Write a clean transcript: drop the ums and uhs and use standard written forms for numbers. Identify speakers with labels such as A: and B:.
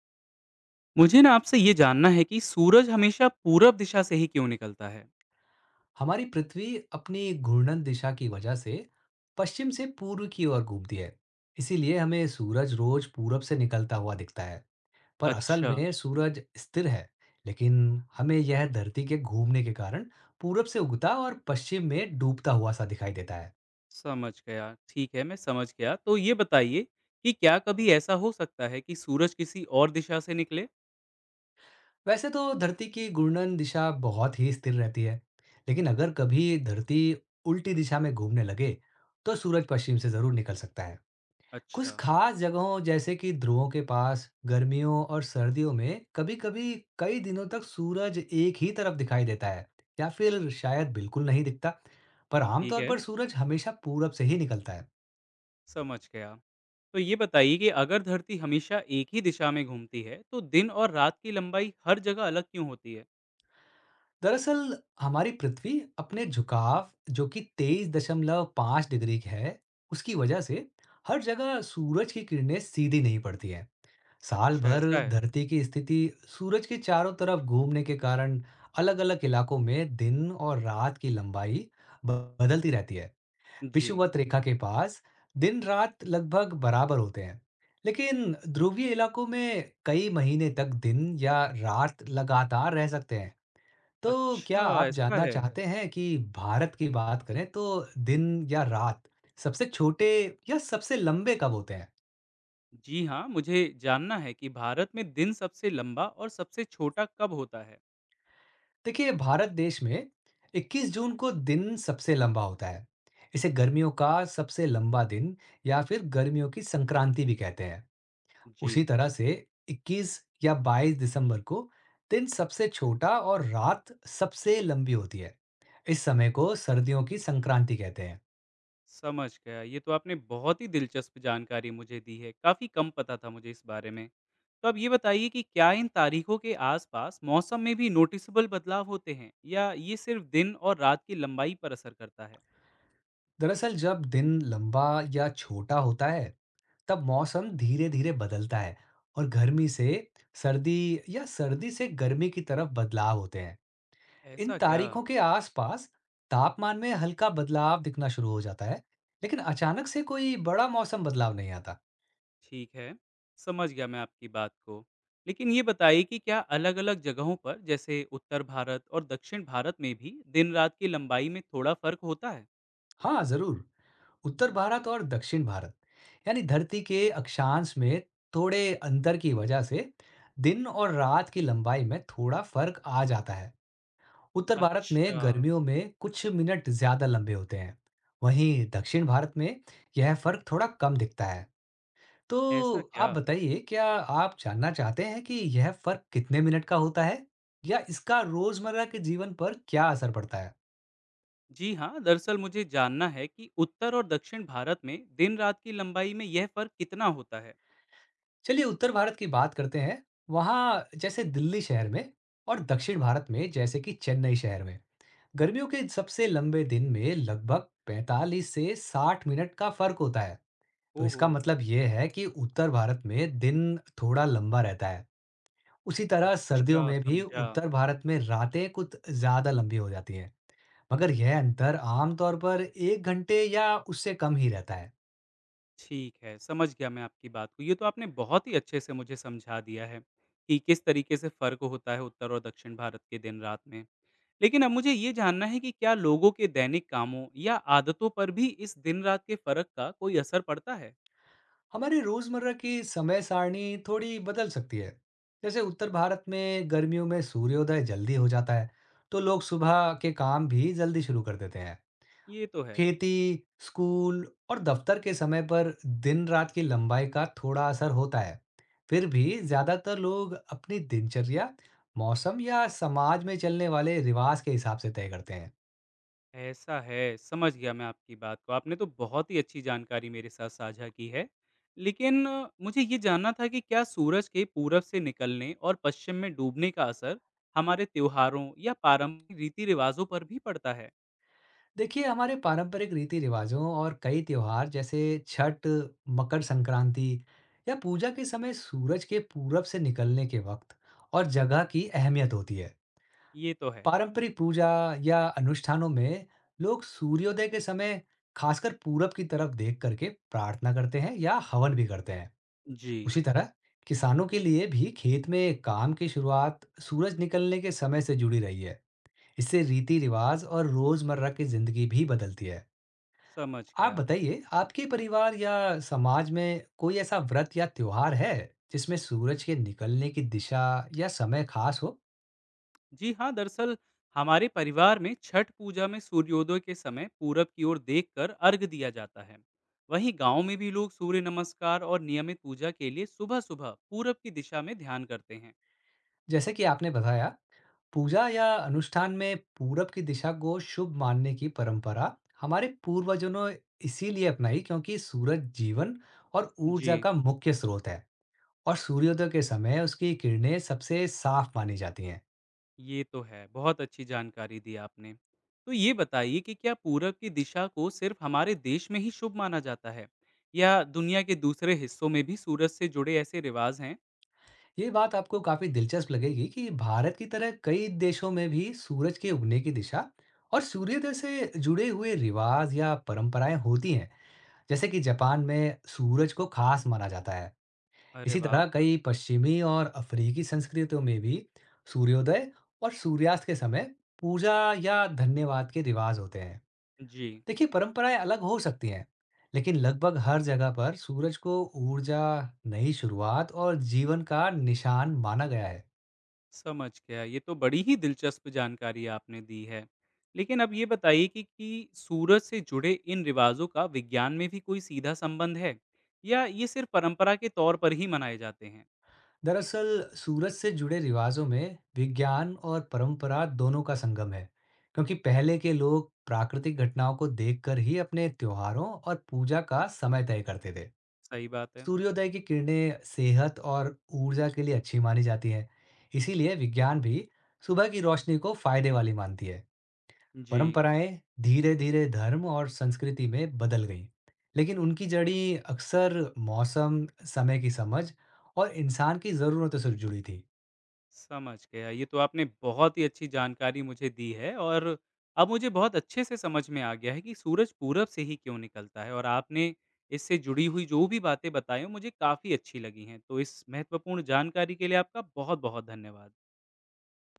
A: मुझे ना आपसे ये जानना है कि सूरज हमेशा पूरब दिशा से ही क्यों निकलता है?
B: हमारी पृथ्वी अपनी घूर्णन दिशा की वजह से पश्चिम से पूर्व की ओर घूमती है। इसीलिए हमें सूरज रोज पूरब से निकलता हुआ दिखता है। पर असल
A: अच्छा,
B: में सूरज स्थिर है। लेकिन हमें यह धरती के घूमने के कारण पूरब से उगता और पश्चिम में डूबता हुआ सा दिखाई देता है।
A: समझ गया। ठीक है, मैं समझ गया। तो ये बताइए कि क्या कभी ऐसा हो सकता है कि सूरज किसी और दिशा से निकले?
B: वैसे तो धरती की घूर्णन दिशा बहुत ही स्थिर रहती है, लेकिन अगर कभी धरती उल्टी दिशा में घूमने लगे तो सूरज पश्चिम से जरूर निकल सकता है। कुछ
A: अच्छा,
B: खास जगहों जैसे कि ध्रुवों के पास गर्मियों और सर्दियों में कभी-कभी कई दिनों तक सूरज एक ही तरफ दिखाई देता है या फिर शायद बिल्कुल नहीं दिखता। पर
A: ठीक
B: आमतौर
A: है,
B: पर सूरज हमेशा पूरब से ही निकलता है।
A: समझ गया। तो ये बताइए कि अगर धरती हमेशा एक ही दिशा में घूमती है, तो दिन और रात की लंबाई हर जगह अलग क्यों होती है?
B: दरअसल हमारी पृथ्वी अपने झुकाव, जो कि 23.5 डिग्री है, उसकी वजह से हर जगह सूरज की किरणें सीधी नहीं पड़ती हैं साल
A: अच्छा,
B: भर।
A: ऐसा है।
B: धरती की स्थिति सूरज के चारों तरफ घूमने के कारण अलग-अलग इलाकों में दिन और रात की लंबाई ब- बदलती रहती है।
A: जी।
B: विषुवत रेखा के पास दिन रात लगभग बराबर होते हैं, लेकिन ध्रुवीय इलाकों में कई महीने तक दिन या रात लगातार रह सकते हैं। तो क्या
A: अच्छा,
B: आप
A: ऐसा
B: जानना
A: है।
B: चाहते हैं कि भारत की बात करें तो दिन या रात सबसे छोटे या सबसे लंबे कब होते हैं?
A: जी हाँ, मुझे जानना है कि भारत में दिन सबसे लंबा और सबसे छोटा कब होता है?
B: देखिए भारत देश में 21 जून को दिन सबसे लंबा होता है। इसे गर्मियों का सबसे लंबा दिन या फिर गर्मियों की संक्रांति भी कहते हैं। उसी
A: जी,
B: तरह से 21 या 22 दिसंबर को दिन सबसे छोटा और रात सबसे लंबी होती है। इस समय को सर्दियों की संक्रांति कहते हैं।
A: समझ गया। ये तो आपने बहुत ही दिलचस्प जानकारी मुझे दी है, काफ़ी कम पता था मुझे इस बारे में। तो अब ये बताइए कि क्या इन तारीखों के आसपास मौसम में भी नोटिसेबल बदलाव होते हैं या ये सिर्फ दिन और रात की लंबाई पर असर करता है?
B: दरअसल जब दिन लंबा या छोटा होता है, तब मौसम धीरे-धीरे बदलता है और गर्मी से सर्दी या सर्दी से गर्मी की तरफ बदलाव होते हैं। इन
A: ऐसा क्या?
B: तारीखों के आसपास तापमान में हल्का बदलाव दिखना शुरू हो जाता है, लेकिन अचानक से कोई बड़ा मौसम बदलाव नहीं आता।
A: ठीक है, समझ गया मैं आपकी बात को। लेकिन ये बताइए कि क्या अलग-अलग जगहों पर जैसे उत्तर भारत और दक्षिण भारत में भी दिन-रात की लंबाई में थोड़ा फ़र्क होता है?
B: हाँ, जरूर। उत्तर भारत और दक्षिण भारत, यानी धरती के अक्षांश में थोड़े अंतर की वजह से दिन और रात की लंबाई में थोड़ा फर्क आ जाता है। उत्तर भारत
A: अच्छा,
B: में गर्मियों में कुछ मिनट ज्यादा लंबे होते हैं, वहीं दक्षिण भारत में यह फर्क थोड़ा कम दिखता है।
A: ऐसा
B: तो आप
A: क्या?
B: बताइए, क्या आप जानना चाहते हैं कि यह फ़र्क कितने मिनट का होता है? या इसका रोज़मर्रा के जीवन पर क्या असर पड़ता है?
A: जी हाँ, दरअसल मुझे जानना है कि उत्तर और दक्षिण भारत में दिन-रात की लंबाई में यह फ़र्क कितना होता है?
B: चलिए उत्तर भारत की बात करते हैं। वहाँ जैसे दिल्ली शहर में और दक्षिण भारत में जैसे कि चेन्नई शहर में, गर्मियों के सबसे लंबे दिन में लगभग 45 से 60 मिनट का फ़र्क होता है। तो
A: ओहो!
B: इसका मतलब ये है कि उत्तर भारत में दिन थोड़ा लंबा रहता है। उसी तरह सर्दियों
A: अच्छा,
B: में भी
A: समझा।
B: उत्तर भारत में रातें कुछ ज़्यादा लंबी हो जाती हैं। मगर यह अंतर आमतौर पर एक घंटे या उससे कम ही रहता है।
A: ठीक है, समझ गया मैं आपकी बात को। ये तो आपने बहुत ही अच्छे से मुझे समझा दिया है कि किस तरीके से फ़र्क होता है उत्तर और दक्षिण भारत के दिन-रात में। लेकिन अब मुझे ये जानना है कि क्या लोगों के दैनिक कामों या आदतों पर भी इस दिन-रात के फ़र्क का कोई असर पड़ता है?
B: हमारे रोजमर्रा की समय सारणी थोड़ी बदल सकती है। जैसे उत्तर भारत में गर्मियों में सूर्योदय जल्दी हो जाता है, तो लोग सुबह के काम भी जल्दी शुरू कर देते हैं।
A: ये तो है।
B: खेती, स्कूल और दफ्तर के समय पर दिन रात की लंबाई का थोड़ा असर होता है। फिर भी ज्यादातर लोग अपनी दिनचर्या, मौसम या समाज में चलने वाले रिवाज के हिसाब से तय करते हैं।
A: ऐसा है, समझ गया मैं आपकी बात को। आपने तो बहुत ही अच्छी जानकारी मेरे साथ साझा की है। लेकिन मुझे ये जानना था कि क्या सूरज के पूरब से निकलने और पश्चिम में डूबने का असर हमारे त्योहारों या पारंपरिक रीति-रिवाजों पर भी पड़ता है?
B: देखिए, हमारे पारंपरिक रीति-रिवाज़ों और कई त्योहार जैसे छठ, मकर संक्रांति या पूजा के समय सूरज के पूरब से निकलने के वक़्त और जगह की अहमियत होती है।
A: ये तो है।
B: पारंपरिक पूजा या अनुष्ठानों में लोग सूर्योदय के समय खासकर पूरब की तरफ देख करके प्रार्थना करते हैं या हवन भी करते हैं।
A: जी,
B: उसी तरह किसानों के लिए भी खेत में काम की शुरुआत सूरज निकलने के समय से जुड़ी रही है। इससे रीति-रिवाज़ और रोज़मर्रा की ज़िंदगी भी बदलती है।
A: समझ
B: आप
A: गया।
B: बताइए, आपके परिवार या समाज में कोई ऐसा व्रत या त्योहार है, जिसमें सूरज के निकलने की दिशा या समय खास हो?
A: जी हाँ, दरअसल हमारे परिवार में छठ पूजा में सूर्योदय के समय पूरब की ओर देखकर अर्घ दिया जाता है। वहीं गांव में भी लोग सूर्य नमस्कार और नियमित पूजा के लिए सुबह सुबह पूरब की दिशा में ध्यान करते हैं।
B: जैसे कि आपने बताया, पूजा या अनुष्ठान में पूरब की दिशा को शुभ मानने की परंपरा हमारे पूर्वजों ने इसीलिए अपनाई क्योंकि सूरज जीवन और ऊर्जा
A: जी,
B: का मुख्य स्रोत है और सूर्योदय के समय उसकी किरणें सबसे साफ मानी जाती हैं।
A: ये तो है। बहुत अच्छी जानकारी दी आपने। तो ये बताइए कि क्या पूरब की दिशा को सिर्फ हमारे देश में ही शुभ माना जाता है या दुनिया के दूसरे हिस्सों में भी सूरज से जुड़े ऐसे रिवाज हैं?
B: ये बात आपको काफी दिलचस्प लगेगी कि भारत की तरह कई देशों में भी सूरज के उगने की दिशा और सूर्योदय से जुड़े हुए रिवाज या परंपराएं होती हैं। जैसे कि जापान में सूरज को खास माना जाता है।
A: अरे
B: इसी
A: वाह।
B: तरह कई पश्चिमी और अफ्रीकी संस्कृतियों में भी सूर्योदय और सूर्यास्त के समय पूजा या धन्यवाद के रिवाज होते हैं।
A: जी,
B: देखिए परंपराएं अलग हो सकती हैं, लेकिन लगभग हर जगह पर सूरज को ऊर्जा, नई शुरुआत और जीवन का निशान माना गया है।
A: समझ गया। ये तो बड़ी ही दिलचस्प जानकारी आपने दी है। लेकिन अब ये बताइए कि सूरज से जुड़े इन रिवाज़ों का विज्ञान में भी कोई सीधा संबंध है? या ये सिर्फ़ परंपरा के तौर पर ही मनाए जाते हैं?
B: दरअसल सूरज से जुड़े रिवाजों में विज्ञान और परंपरा दोनों का संगम है, क्योंकि पहले के लोग प्राकृतिक घटनाओं को देखकर ही अपने त्योहारों और पूजा का समय तय करते थे।
A: सही बात है।
B: सूर्योदय की किरणें सेहत और ऊर्जा के लिए अच्छी मानी जाती हैं, इसीलिए विज्ञान भी सुबह की रोशनी को फायदे वाली मानती है।
A: जी,
B: परंपराएं धीरे धीरे धर्म और संस्कृति में बदल गईं, लेकिन उनकी जड़ी अक्सर मौसम, समय की समझ और इंसान की ज़रूरतों से जुड़ी थी।
A: समझ गया। ये तो आपने बहुत ही अच्छी जानकारी मुझे दी है, और अब मुझे बहुत अच्छे से समझ में आ गया है कि सूरज पूरब से ही क्यों निकलता है, और आपने इससे जुड़ी हुई जो भी बातें बताई, वो मुझे काफ़ी अच्छी लगी हैं। तो इस महत्वपूर्ण जानकारी के लिए आपका बहुत-बहुत धन्यवाद।